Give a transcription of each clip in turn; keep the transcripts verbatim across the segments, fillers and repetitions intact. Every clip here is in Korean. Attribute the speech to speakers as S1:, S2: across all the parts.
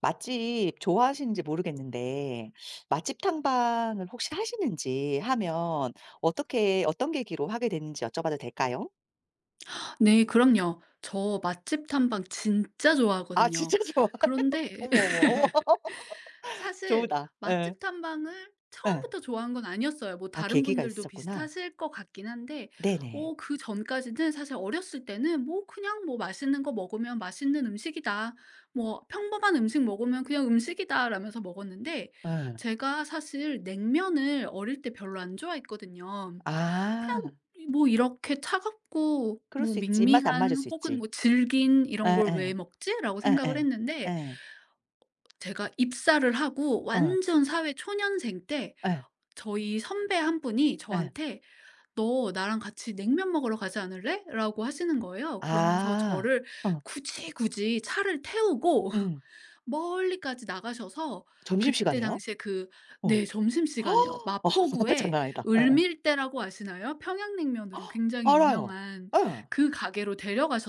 S1: 맛집 좋아하시는지 모르겠는데 맛집 탐방을 혹시 하시는지 하면 어떻게 어떤 계기로 하게 됐는지 여쭤봐도 될까요?
S2: 네, 그럼요. 저 맛집 탐방 진짜
S1: 아
S2: 좋아하거든요.
S1: 진짜 좋아.
S2: 그런데
S1: 어머, 어머, 어머.
S2: 사실
S1: 좋으다. 예.
S2: 맛집 탐방을
S1: 예.
S2: 처음부터 좋아한 건 아니었어요. 뭐
S1: 아
S2: 다른
S1: 계기가
S2: 분들도
S1: 있었구나.
S2: 비슷하실 것 같긴 한데
S1: 네네.
S2: 어 그전까지는 사실 어렸을 때는 뭐 그냥 뭐 '맛있는 거 먹으면 맛있는 음식이다. 뭐 평범한 음식 먹으면 그냥 음식이다.' 라면서 먹었는데,
S1: 예.
S2: 제가 사실 냉면을 어릴 때 별로 안 좋아했거든요.
S1: 아
S2: 그냥 뭐 이렇게 차갑고
S1: 그럴
S2: 뭐
S1: 수 있지. 입맛 안 맞을
S2: 밍밍한
S1: 수
S2: 혹은
S1: 있지.
S2: 뭐 질긴 '이런 걸 왜
S1: 예예.
S2: 먹지?'라고
S1: 예예.
S2: 생각을
S1: 예. 예.
S2: 했는데,
S1: 예.
S2: 제가 입사를 하고
S1: 어.
S2: 완전 사회 초년생 때
S1: 예.
S2: 저희 선배 한 분이
S1: 예.
S2: 저한테 "너 나랑 같이 냉면 먹으러 가지 않을래?"라고 하시는 거예요. 그러면서
S1: 아.
S2: 저를
S1: 어.
S2: 굳이, 굳이 차를 태우고
S1: 음.
S2: 멀리까지 나가셔서 그때
S1: 점심시간에요?
S2: 당시에 그,
S1: 어.
S2: 네, 점심시간에요.
S1: 어
S2: 마포구에
S1: 장난 아니다. 예예.
S2: 을밀대라고 아시나요? 평양냉면으로 굉장히
S1: 알아요.
S2: 유명한
S1: 예.
S2: 그 가게로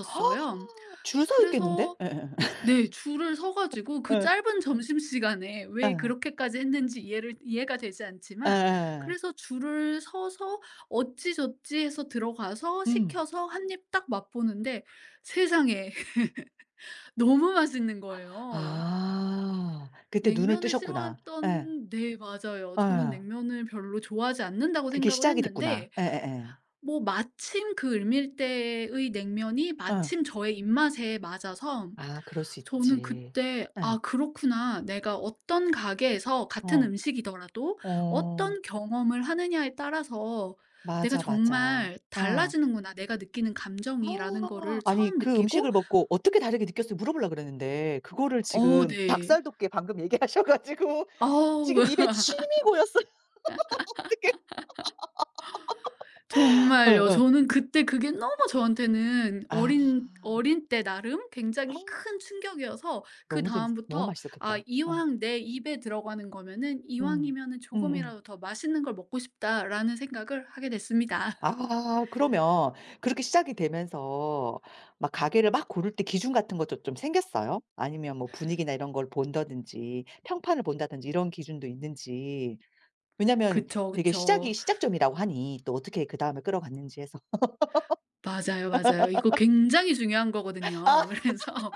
S1: 아 줄 서 있겠는데?
S2: 그래서,
S1: 예예예.
S2: 네, 줄을 서 가지고 그
S1: 예.
S2: 짧은 점심시간에 왜
S1: 예.
S2: 그렇게까지 했는지 이해를 이해가 되지 않지만,
S1: 예예예.
S2: 그래서 줄을 서서 어찌저찌 해서 들어가서
S1: 음.
S2: 시켜서 한입 딱 맛보는데, 세상에 너무 맛있는 거예요.
S1: 아. 그때 눈을
S2: 냉면을
S1: 뜨셨구나. 예.
S2: 싫어했던, 네, 맞아요. 저는
S1: 예.
S2: 냉면을 별로 좋아하지 않는다고
S1: 그게
S2: 생각을
S1: 시작이 됐구나.
S2: 했는데
S1: 예예예. 예. 예.
S2: 뭐 마침 그 을밀 대의 냉면이
S1: 어.
S2: 마침 저의 입맛에 맞아서,
S1: 아 그럴 수
S2: 저는
S1: 있지.
S2: 그때
S1: 예.
S2: '아 그렇구나. 내가 어떤 가게에서 같은
S1: 어.
S2: 음식이더라도
S1: 어.
S2: 어떤 경험을 하느냐에 따라서 내가
S1: 맞아, 맞아.
S2: 정말
S1: 어.
S2: 달라지는구나. 내가 느끼는 감정이.'라는 거를
S1: 아니
S2: 처음
S1: 그 음식을
S2: 느끼고,
S1: 먹고 어떻게 다르게 느꼈어요 물어보려고 그랬는데 그거를
S2: 어,
S1: 지금
S2: 네.
S1: 닭살 돋게 방금 얘기하셔 가지고
S2: 아우.
S1: 지금 입에 침이 고였어요. 어떡해. 어,
S2: 정말요.
S1: 어.
S2: 저는 그때 그게 너무 저한테는
S1: 아.
S2: 어린 어린 때 나름 굉장히 큰 충격이어서,
S1: 너무 재밌 너무
S2: 그다음부터 '아
S1: 맛있었겠다. 어.
S2: 이왕 내 입에 들어가는 거면은
S1: 음.
S2: 이왕이면은
S1: 음음.
S2: 조금이라도 더 맛있는 걸 먹고 싶다.'라는 생각을 하게 됐습니다.
S1: 아 그러면 그렇게 시작이 되면서 막 가게를 막 고를 때 기준 같은 것도 좀 생겼어요? 아니면 뭐 분위기나 이런 걸 본다든지 평판을 본다든지 이런 기준도 있는지. 왜냐면
S2: 그쵸,
S1: 되게
S2: 그쵸.
S1: 시작이 시작점이라고 하니 또 어떻게 그다음에 끌어갔는지 해서.
S2: 맞아요, 맞아요. 이거 굉장히 중요한 거거든요.
S1: 아
S2: 그래서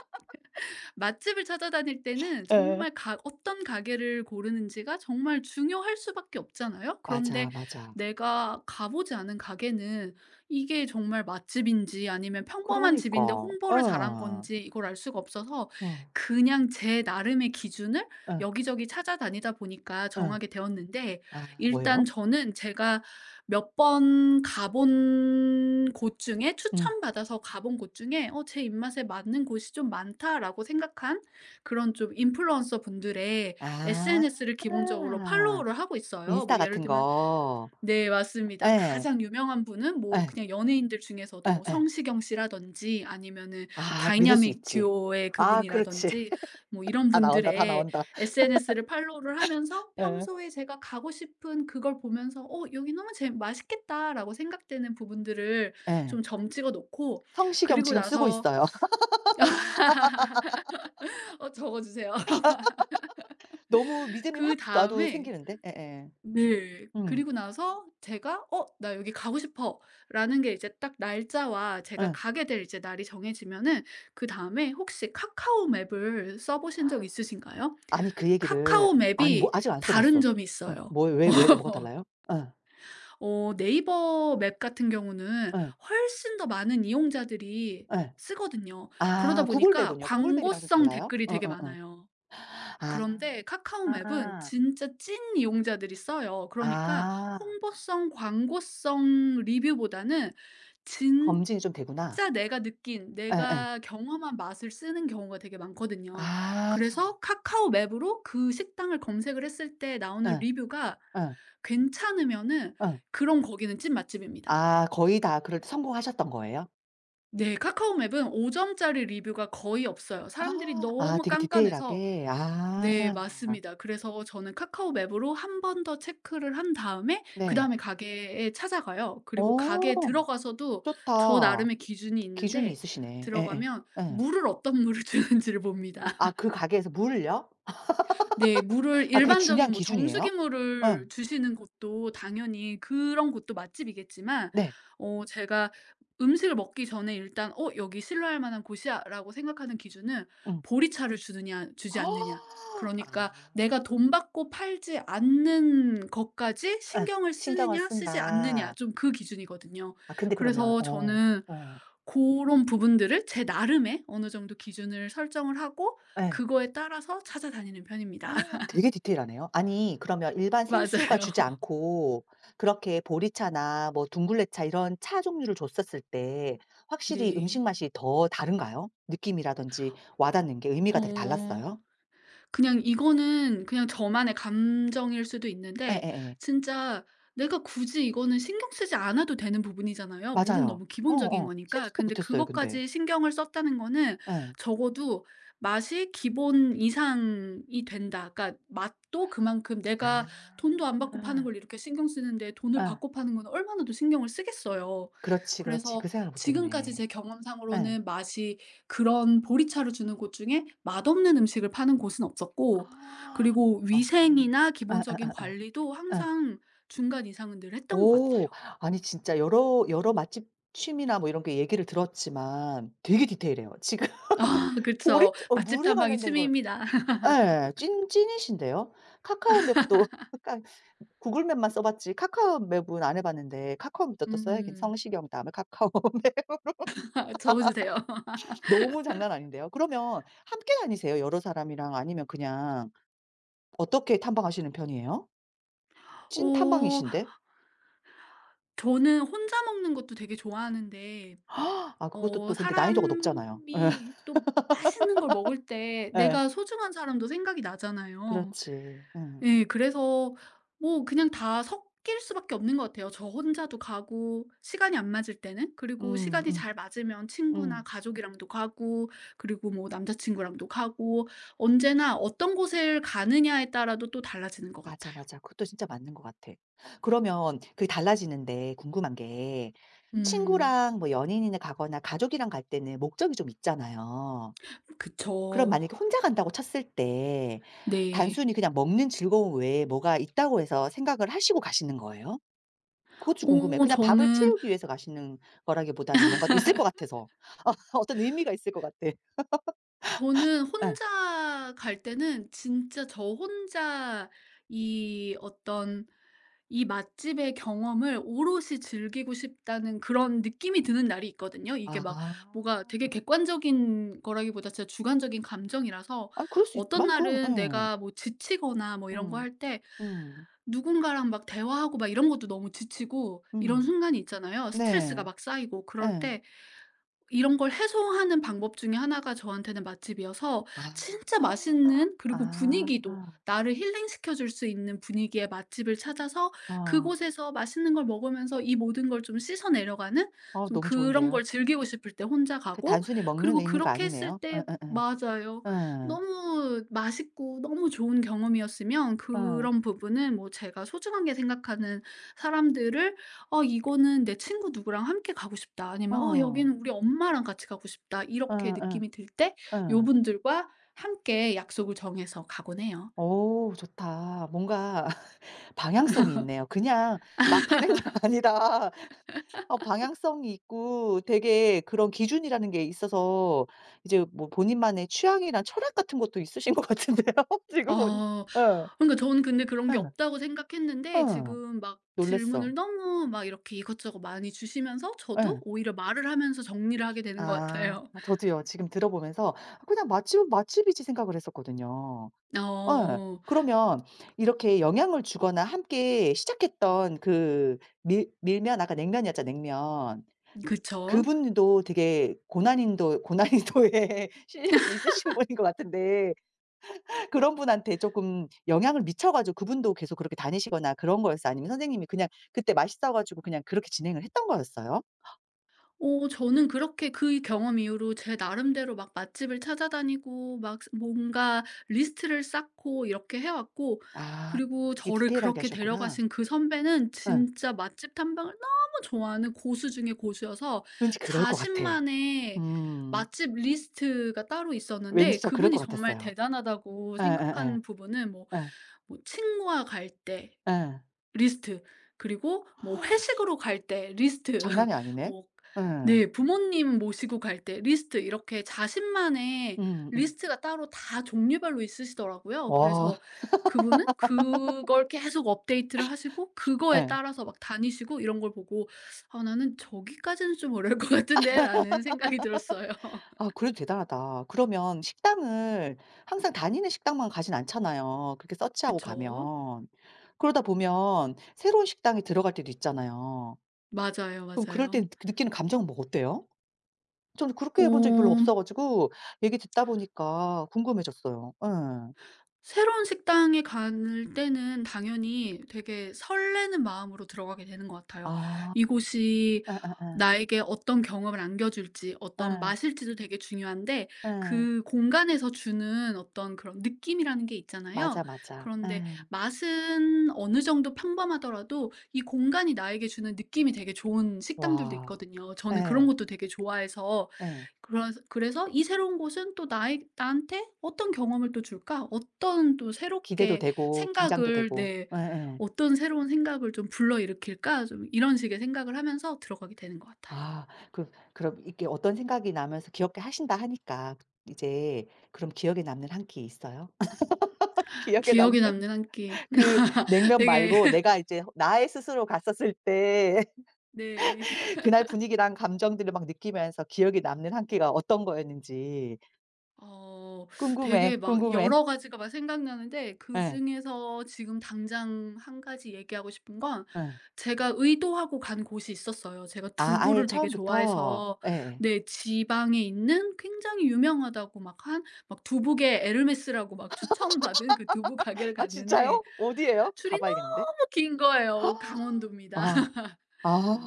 S2: 맛집을 찾아다닐 때는
S1: 예.
S2: 정말 가 어떤 가게를 고르는지가 정말 중요할 수밖에 없잖아요. 그런데
S1: 맞아, 맞아.
S2: 내가 가 보지 않은 가게는 이게 정말 맛집인지 아니면 평범한 집인데
S1: 그러니까.
S2: 홍보를 잘한
S1: 어.
S2: 건지 이걸 알 수가 없어서,
S1: 어.
S2: 그냥 제 나름의 기준을
S1: 어.
S2: 여기저기 찾아다니다 보니까
S1: 어.
S2: 정하게 되었는데,
S1: 아
S2: 일단
S1: 뭐예요?
S2: 저는 제가 몇 번 가본 곳 중에
S1: 음.
S2: 추천받아서 가본 곳 중에 '어 제 입맛에 맞는 곳이 좀 많다.'라고 생각한 그런 좀 인플루언서 분들의
S1: 아.
S2: 에스엔에스를 기본적으로 팔로우를 하고 있어요. 뭐
S1: 인스타
S2: 예를
S1: 같은
S2: 들면,
S1: 거.
S2: 네, 맞습니다.
S1: 예.
S2: 가장 유명한 분은 뭐
S1: 예.
S2: 그냥 연예인들 중에서도 뭐
S1: 예예.
S2: 성시경 씨라든지 아니면은
S1: 아 믿을 수
S2: 다이나믹
S1: 있지.
S2: 듀오의
S1: 아 그렇지.
S2: 그분이라든지, 뭐 이런
S1: 다 나온다, 다
S2: 분들의
S1: 나온다.
S2: 에스엔에스를 팔로우를 하면서
S1: 예.
S2: 평소에 제가 가고 싶은 그걸 보면서 '어 여기 너무 재 맛있겠다.'라고 생각되는 부분들을 좀
S1: 예.
S2: 점 찍어 놓고,
S1: 성시경
S2: 그리고
S1: 지금 쓰고
S2: 나서
S1: 있어요.
S2: 어 적어 주세요.
S1: 너무 믿음이 확 나도
S2: 그다음에
S1: 생기는데. 예예.
S2: 네.
S1: 음.
S2: 그리고 나서 제가 '어 나 여기 가고 싶어.'라는 게 이제 딱 날짜와 제가
S1: 예.
S2: 가게 될 이제 날이 정해지면은, 그다음에 혹시 카카오 맵을 써 보신 적 있으신가요?
S1: 아니 그 얘기를
S2: 카카오
S1: 아니 뭐
S2: 맵이
S1: 아직 안 써
S2: 다른
S1: 봤어.
S2: 점이
S1: 어
S2: 있어요.
S1: 뭐 왜 왜가 뭐가 달라요? 예.
S2: 어 네이버 맵 같은 경우는
S1: 예.
S2: 훨씬 더 많은 이용자들이
S1: 예.
S2: 쓰거든요. 그러다
S1: 아 구글
S2: 보니까
S1: 맵은요? 구글 맵이랑 좀
S2: 광고성
S1: 달라요?
S2: 댓글이 되게
S1: 어어어.
S2: 많아요.
S1: 아.
S2: 그런데 카카오 맵은 진짜 찐 이용자들이 써요. 그러니까
S1: 아.
S2: 홍보성, 광고성 리뷰보다는
S1: 검증이 좀 되구나.
S2: 진짜 내가 느낀,
S1: 예예.
S2: 내가 경험한 맛을 쓰는 경우가 되게 많거든요.
S1: 아.
S2: 그래서 카카오 맵으로 그 식당을 검색을 했을 때 나오는
S1: 예.
S2: 리뷰가
S1: 예.
S2: 괜찮으면은
S1: 예.
S2: 그럼 거기는 찐 맛집입니다.
S1: 아 거의 다 그럴 때 성공하셨던 거예요?
S2: 네. 카카오 맵은 오 점짜리 리뷰가 거의 없어요. 사람들이
S1: 아
S2: 너무
S1: 되게
S2: 깐깐해서.
S1: 디테일하게. 아.
S2: 네, 맞습니다. 그래서 저는 카카오 맵으로 한 번 더 체크를 한 다음에
S1: 네.
S2: 그다음에 가게에 찾아가요. 그리고 가게에
S1: 어
S2: 들어가서도 저
S1: 좋다.
S2: 나름의 기준이
S1: 기준이
S2: 있는데,
S1: 있으시네. 예예. 예.
S2: 들어가면
S1: 응.
S2: 물을 어떤 물을 주는지를 봅니다.
S1: 아그 가게에서 물을요?
S2: 네. 물을
S1: 아 그게
S2: 일반적인
S1: 중요한
S2: 뭐
S1: 기준이에요?
S2: 정수기 물을
S1: 예.
S2: 주시는 곳도 당연히 그런 곳도 맛집이겠지만,
S1: 네.
S2: 어 제가 음식을 먹기 전에 일단 '어 여기 신뢰할 만한 곳이야.'라고 생각하는 기준은
S1: 음.
S2: 보리차를 주느냐 주지
S1: 아.
S2: 않느냐. 그러니까 내가 돈 받고 팔지 않는 것까지
S1: 예.
S2: 신경을
S1: 신경을
S2: 쓰느냐 쓰지 않느냐
S1: 쓴다.
S2: 좀 그 기준이거든요.
S1: 아 근데 그러면
S2: 그래서
S1: 어.
S2: 저는
S1: 어.
S2: 고런 부분들을 제 나름의 어느 정도 기준을 설정을 하고
S1: 예.
S2: 그거에 따라서 찾아다니는 편입니다.
S1: 아 되게 디테일하네요. 아니 그러면 일반 생수가 주지
S2: 맞아요.
S1: 않고 그렇게 보리차나 뭐 둥글레차 이런 차 종류를 줬었을 때 확실히
S2: 네.
S1: 음식 맛이 더 다른가요? 느낌이라든지 와 닿는 게 의미가 되게
S2: 어.
S1: 달랐어요?
S2: 그냥 이거는 그냥 저만의 감정일 수도 있는데,
S1: 예예예.
S2: 진짜 내가 굳이 이거는 신경 쓰지 않아도 되는 부분이잖아요. 물은
S1: 맞아요.
S2: 너무 기본적인
S1: 어어.
S2: 거니까.
S1: 생각도
S2: 근데
S1: 못 했어요 근데.
S2: 그것까지 신경을 썼다는 거는
S1: 예.
S2: 적어도 맛이 기본 이상이 된다. 그러니까 맛도 그만큼 내가 돈도 안 받고 파는
S1: 아.
S2: 걸 이렇게 신경 쓰는데 돈을
S1: 예.
S2: 받고 파는 건 얼마나 더 신경을 쓰겠어요.
S1: 그렇지, 그렇지.
S2: 그래서
S1: 그 생각을 못
S2: 지금까지
S1: 했네.
S2: 제
S1: 예.
S2: 경험상으로는 맛이 그런 보리차를 주는 곳 중에 맛없는 음식을 파는 곳은 없었고,
S1: 아.
S2: 그리고
S1: 어
S2: 위생이나
S1: 예 예
S2: 기본적인
S1: 예
S2: 관리도
S1: 예.
S2: 항상 중간 이상은 늘 했던 것
S1: 오.
S2: 같아요.
S1: 아니 진짜 여러 여러 맛집 취미나 뭐 이런 게 얘기를 들었지만 되게 디테일해요. 지금
S2: 아
S1: 보리
S2: 그쵸.
S1: 어
S2: 맛집
S1: 물에
S2: 탐방이
S1: 관련된 거는
S2: 취미입니다.
S1: 예. 찐 찐이신데요. 카카오 맵도 그러니까 구글 맵만 써 봤지 카카오 맵은 안해 봤는데 카카오 맵도 또 써야겠
S2: 음.
S1: 성시경 다음에 카카오 맵.
S2: 적어주세요.
S1: 너무 장난 아닌데요. 그러면 함께 다니세요? 여러 사람이랑 아니면 그냥 어떻게 탐방하시는 편이에요? 찐
S2: 어
S1: 탐방이신데?
S2: 저는 혼자 먹는 것도 되게 좋아하는데,
S1: 아 그것도
S2: 어
S1: 또 근데 난이도가 높잖아요.
S2: 사람이 또 맛있는 걸 먹을 때
S1: 네
S2: 내가 소중한 사람도 생각이 나잖아요.
S1: 그렇지. 응,
S2: 예. 그래서 뭐 그냥 다 섞일 수밖에 없는 것 같아요. 저 혼자도 가고 시간이 안 맞을 때는, 그리고
S1: 음
S2: 시간이
S1: 음
S2: 잘 맞으면 친구나
S1: 음.
S2: 가족이랑도 가고 그리고 뭐 남자친구랑도 가고, 언제나 어떤 곳을 가느냐에 따라도 또 달라지는 것
S1: 맞아,
S2: 같아요.
S1: 맞아. 그것도 진짜 맞는 것 같아. 그러면 그게 달라지는데 궁금한 게
S2: 음.
S1: 친구랑 뭐 연인이나 가거나 가족이랑 갈 때는 목적이 좀 있잖아요. 그럼
S2: 그쵸.
S1: 만약에 혼자 간다고 쳤을 때
S2: 네.
S1: 단순히 그냥 먹는 즐거움 외에 뭐가 있다고 해서 생각을 하시고 가시는 거예요? 그것 도 궁금해요.
S2: 어
S1: 그냥 밥을
S2: 저는,
S1: 채우기 위해서 가시는 거라기보다는 뭔가 좀 있을 것 같아서. 어, 어떤 의미가 있을 것 같아.
S2: 저는
S1: 예.
S2: 혼자 갈 때는 진짜 저 혼자 이 어떤 이 맛집의 경험을 오롯이 즐기고 싶다는 그런 느낌이 드는 날이 있거든요. 이게 막
S1: 아.
S2: 뭐가 되게 객관적인 거라기보다 진짜 주관적인 감정이라서,
S1: 아니 그럴 수 있
S2: 어떤
S1: 만 그럼
S2: 날은
S1: 예.
S2: 내가 뭐 지치거나 뭐 이런 거
S1: 음.
S2: 할 때
S1: 음.
S2: 누군가랑 막 대화하고 막 이런 것도 너무 지치고 이런
S1: 음.
S2: 순간이 있잖아요. 스트레스가
S1: 네.
S2: 막 쌓이고 그럴
S1: 예.
S2: 때 이런 걸 해소하는 방법 중에 하나가 저한테는 맛집이어서, 진짜
S1: 아.
S2: 맛있는 그리고 분위기도
S1: 아.
S2: 나를 힐링시켜 줄 수 있는 분위기의 맛집을 찾아서
S1: 아.
S2: 그곳에서 맛있는 걸 먹으면서 이 모든 걸 좀 씻어 내려가는,
S1: 어
S2: 좀
S1: 너무
S2: 그런 걸
S1: 좋은데요.
S2: 즐기고 싶을 때 혼자
S1: 그
S2: 가고,
S1: 단순히 먹는
S2: 그리고
S1: 의미가
S2: 그렇게 했을
S1: 아니네요.
S2: 때,
S1: 예예예.
S2: 맞아요.
S1: 예.
S2: 너무 맛있고 너무 좋은 경험이었으면
S1: 예.
S2: 그런 부분은 뭐 제가 소중하게 생각하는 사람들을 '아 이거는 내 친구 누구랑 함께 가고 싶다.' 아니면 '아
S1: 어.
S2: 여기는 우리 엄마랑 같이 가고 싶다.' 이렇게
S1: 예예.
S2: 느낌이 들 때
S1: 예.
S2: 요분들과 함께 약속을 정해서 가곤 해요.
S1: 어 좋다. 뭔가 방향성이 있네요. 그냥 막 하는 게 아니라 어 방향성이 있고 되게 그런 기준이라는 게 있어서 이제 뭐 본인만의 취향이나 철학 같은 것도 있으신 것 같은데요 지금 보니.
S2: 아
S1: 예.
S2: 그러니까 저는 근데 그런 게
S1: 예.
S2: 없다고 생각했는데
S1: 예.
S2: 지금 막
S1: 놀랐어.
S2: 질문을 너무 막 이렇게 이것저것 많이 주시면서 저도
S1: 예.
S2: 오히려 말을 하면서 정리를 하게 되는 것
S1: 아
S2: 같아요.
S1: 저도요. 지금 들어보면서 '그냥 맛집은 맛집이지.' 생각을 했었거든요. 예.
S2: 어
S1: 그러면 이렇게 영향을 주거나 함께 시작했던 그 밀 밀면 아까 냉면이었죠 냉면.
S2: 그쵸.
S1: 그분도 되게 고난인도 고난이도의 실력이 있으신 분인 것 같은데 그런 분한테 쪼끔 영향을 미쳐 가지고 그분도 계속 그렇게 다니시거나 그런 거였어요? 아니면 선생님이 그냥 그때 맛있어 가지고 그냥 그렇게 진행을 했던 거였어요?
S2: 어 저는 그렇게 그 경험 이후로 제 나름대로 막 맛집을 찾아다니고 막 스 뭔가 리스트를 쌓고 이렇게 해 왔고,
S1: 아
S2: 그리고
S1: 되게
S2: 저를
S1: 디테일하게
S2: 그렇게
S1: 하셨구나.
S2: 데려가신 그 선배는
S1: 예.
S2: 진짜 맛집 탐방을 너무 좋아하는 고수 중의 고수여서
S1: 왠지 그럴 것 같아.
S2: 자신만의
S1: 음.
S2: 맛집 리스트가 따로 있었는데,
S1: 왠지 저 그럴
S2: 그분이
S1: 것
S2: 정말
S1: 같았어요.
S2: 대단하다고
S1: 예예예.
S2: 생각한 부분은 뭐
S1: 예. 예.
S2: 뭐 친구와 갈때
S1: 예, 예.
S2: 리스트. 그리고 뭐 회식으로 갈 때 리스트.
S1: 장난이 아니네.
S2: 뭐
S1: 예.
S2: 네 부모님 모시고 갈 때 리스트, 이렇게 자신만의
S1: 음음.
S2: 리스트가 따로 다 종류별로 있으시더라고요.
S1: 와
S2: 그래서 그분은 그걸 계속 업데이트를 하시고 그거에
S1: 예.
S2: 따라서 막 다니시고 이런 걸 보고 '아 나는 저기까지는 좀 어려울 것 같은데.'라는 생각이 들었어요.
S1: 아 그래도 대단하다. 그러면 식당을 항상 다니는 식당만 가진 않잖아요, 그렇게 서치하고
S2: 그쵸.
S1: 가면. 그러다 보면 새로운 식당에 들어갈 때도 있잖아요.
S2: 맞아요,
S1: 그럼 그럴 때
S2: 맞아요.
S1: 그 느끼는 감정은 뭐 어때요? 저는 그렇게
S2: 어
S1: 해본 적이 별로 없어 가지고 얘기 듣다 보니까 궁금해졌어요. 예.
S2: 새로운 식당에 갈 때는 당연히 되게 설레는 마음으로 들어가게 되는 것 같아요.
S1: 아.
S2: 이곳이
S1: 예예예.
S2: 나에게 어떤 경험을 안겨줄지, 어떤
S1: 예.
S2: 맛일지도 되게 중요한데,
S1: 예.
S2: 그 공간에서 주는 어떤 그런 느낌이라는 게 있잖아요.
S1: 맞아, 맞아.
S2: 그런데
S1: 예.
S2: 맛은 어느 정도 평범하더라도 이 공간이 나에게 주는 느낌이 되게 좋은 식당들도
S1: 와.
S2: 있거든요. 저는 그런
S1: 예.
S2: 것도 되게 좋아해서
S1: 예.
S2: 그런 그래서 이 새로운 곳은 또 나에 나한테 어떤 경험을 또 줄까? 어떤 또
S1: 기대도
S2: 새롭게
S1: 되고 긴장도
S2: 생각을
S1: 되고.
S2: 내
S1: 예예.
S2: 어떤 새로운 생각을 좀 불러일으킬까? 좀 이런 식의 생각을 하면서 들어가게 되는 것 같아요.
S1: 아 그 그럼 이게 어떤 생각이 나면서 기억해 하신다 하니까 이제 그럼 기억에 남는 한 끼 있어요? 기억에 남는
S2: 기억에 남는 한 끼.
S1: 그 냉면
S2: 되게
S1: 말고 내가 이제 나의 스스로 갔었을 때
S2: 네.
S1: 그날 분위기랑 감정들을 막 느끼면서 기억에 남는 한 끼가 어떤 거였는지
S2: 어
S1: 궁금해,
S2: 되게 막
S1: 궁금해.
S2: 여러 가지가 막 생각나는데
S1: 예.
S2: 그중에서 지금 당장 한 가지 얘기하고 싶은 건
S1: 예.
S2: 제가 의도하고 간 곳이 있었어요. 제가
S1: 아 아예
S2: 두부를 되게
S1: 처음부터?
S2: 좋아해서,
S1: 예
S2: 네, 지방에 있는 굉장히 유명하다고 막 한 막 두부계 에르메스라고 막 추천받은 그 두부 가게를
S1: 아
S2: 갔는데,
S1: 진짜요? 어디예요?
S2: 줄이
S1: 가 봐야겠는데.
S2: 너무 긴 거예요. 강원도입니다.
S1: 아.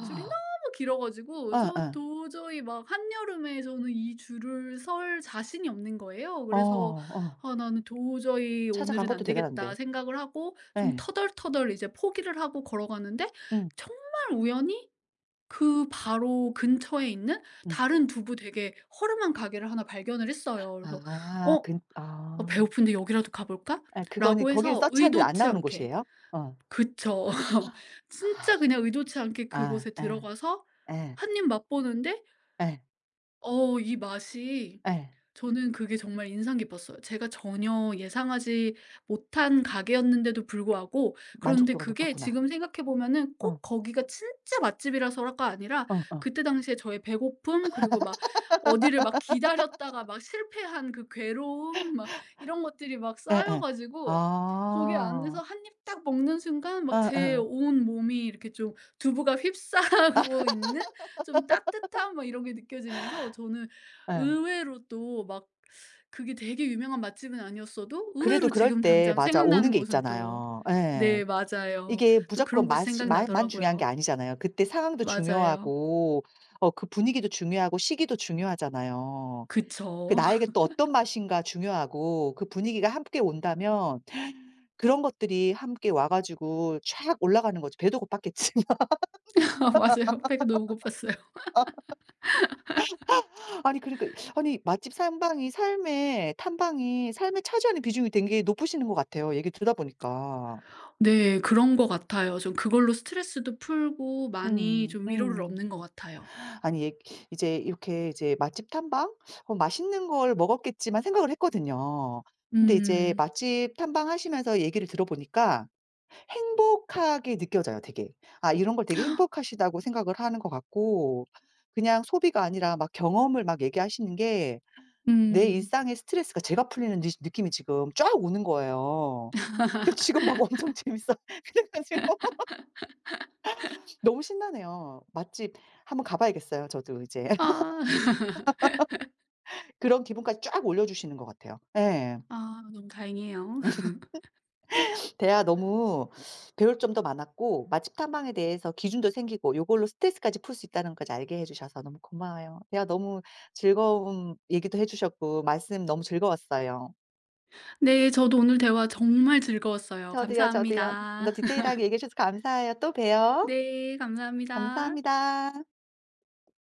S2: 줄이 너무 길어가지고 저
S1: 예예.
S2: 도저히 막 한여름에 저는 이 줄을 설 자신이 없는 거예요.
S1: 어
S2: 그래서
S1: 어.
S2: '아, 나는 도저히
S1: 찾아간
S2: 오늘은
S1: 것도
S2: 안 되겠다.'
S1: 대단한데.
S2: 생각을 하고 좀
S1: 예.
S2: 터덜터덜 이제 포기를 하고 걸어가는데
S1: 음
S2: 정말 우연히 그 바로 근처에 있는
S1: 음.
S2: 다른 두부 되게 허름한 가게를 하나 발견을 했어요. 그래서 어,
S1: 아 근
S2: 어,
S1: 아.
S2: 배고픈데 여기라도 가볼까?
S1: 예 그거는
S2: 라고
S1: 거기는
S2: 해서
S1: 서치하는데 안
S2: 의도치
S1: 나오는
S2: 않게
S1: 곳이에요? 어.
S2: 그쵸. 진짜 그냥 의도치 않게
S1: 아
S2: 그곳에
S1: 예.
S2: 들어가서
S1: 예.
S2: 한 입 맛보는데,
S1: 예.
S2: 어 이 맛이,
S1: 예.
S2: 저는 그게 정말 인상 깊었어요. 제가 전혀 예상하지 못한 가게였는데도 불구하고, 그런데
S1: 만족도가
S2: 그게
S1: 높았구나.
S2: 지금 생각해 보면은 꼭
S1: 어.
S2: 거기가 진짜 맛집이라서가 아니라
S1: 어 어.
S2: 그때 당시에 저의 배고픔 그리고 막 어디를 막 기다렸다가 막 실패한 그 괴로움 막 이런 것들이 막 쌓여
S1: 예예.
S2: 가지고 거기 안에서
S1: 아.
S2: 한입 딱 먹는 순간 막 제
S1: 예예.
S2: 온 몸이 이렇게 좀 두부가 휩싸고 있는 좀 따뜻함 막 이런 게 느껴지면서, 저는
S1: 예.
S2: 의외로 또 막, 그게 되게 유명한 맛집은 아니었어도
S1: 그래도
S2: 의외로
S1: 그럴
S2: 지금
S1: 때
S2: 당장
S1: 맞아 오는
S2: 생각나는
S1: 게
S2: 곳은 또,
S1: 있잖아요. 예.
S2: 네, 맞아요.
S1: 이게
S2: 또 그런
S1: 무조건
S2: 곳이
S1: 맛이 마 만 중요한 게
S2: 생각나더라고요.
S1: 아니잖아요. 그때 상황도
S2: 맞아요.
S1: 중요하고 어 그 분위기도 중요하고 시기도 중요하잖아요. 그
S2: 그쵸.
S1: 나에게 또 어떤 맛인가 중요하고 그 분위기가 함께 온다면 그런 것들이 함께 와 가지고 촥 올라가는 거죠. 배도 고팠겠지만.
S2: 맞아요. 배가 너무 고팠어요.
S1: 아니 그러니까 아니 맛집 상방이 삶의 탐방이 삶에 차지하는 비중이 되게 높으시는 것 같아요, 얘기 듣다 보니까.
S2: 네, 그런 것 같아요. 좀 그걸로 스트레스도 풀고 많이
S1: 음.
S2: 좀 위로를
S1: 음.
S2: 얻는 것 같아요.
S1: 아니 얘- 이제 이렇게 이제 맛집 탐방? 어 맛있는 걸 먹었겠지만 생각을 했거든요. 근데 이제
S2: 음.
S1: 맛집 탐방하시면서 얘기를 들어보니까 행복하게 느껴져요 되게. 아 이런 걸 되게 행복하시다고 생각을 하는 것 같고 그냥 소비가 아니라 막 경험을 막 얘기하시는 게 내
S2: 음.
S1: 일상의 스트레스가 제가 풀리는 느 느낌이 지금 쫙 오는 거예요. 근데 지금 막 엄청 재밌어. 그래 가지고 너무 신나네요. 맛집 한번 가 봐야겠어요 저도 이제.
S2: 아.
S1: 그런 기분까지 쫙 올려주시는 것 같아요. 예.
S2: 아 너무 다행이에요.
S1: 대화 너무 배울 점도 많았고 맛집 탐방에 대해서 기준도 생기고 요걸로 스트레스까지 풀 수 있다는 것까지 알게 해 주셔서 너무 고마워요. 대화 너무 즐거운 얘기도 해 주셨고 말씀 너무 즐거웠어요.
S2: 네, 저도 오늘 대화 정말 즐거웠어요.
S1: 저도요, 저도요. 너
S2: 감사합니다.
S1: 디테일하게 얘기해 주셔서 감사해요. 또 봬요.
S2: 네, 감사합니다.
S1: 감사합니다.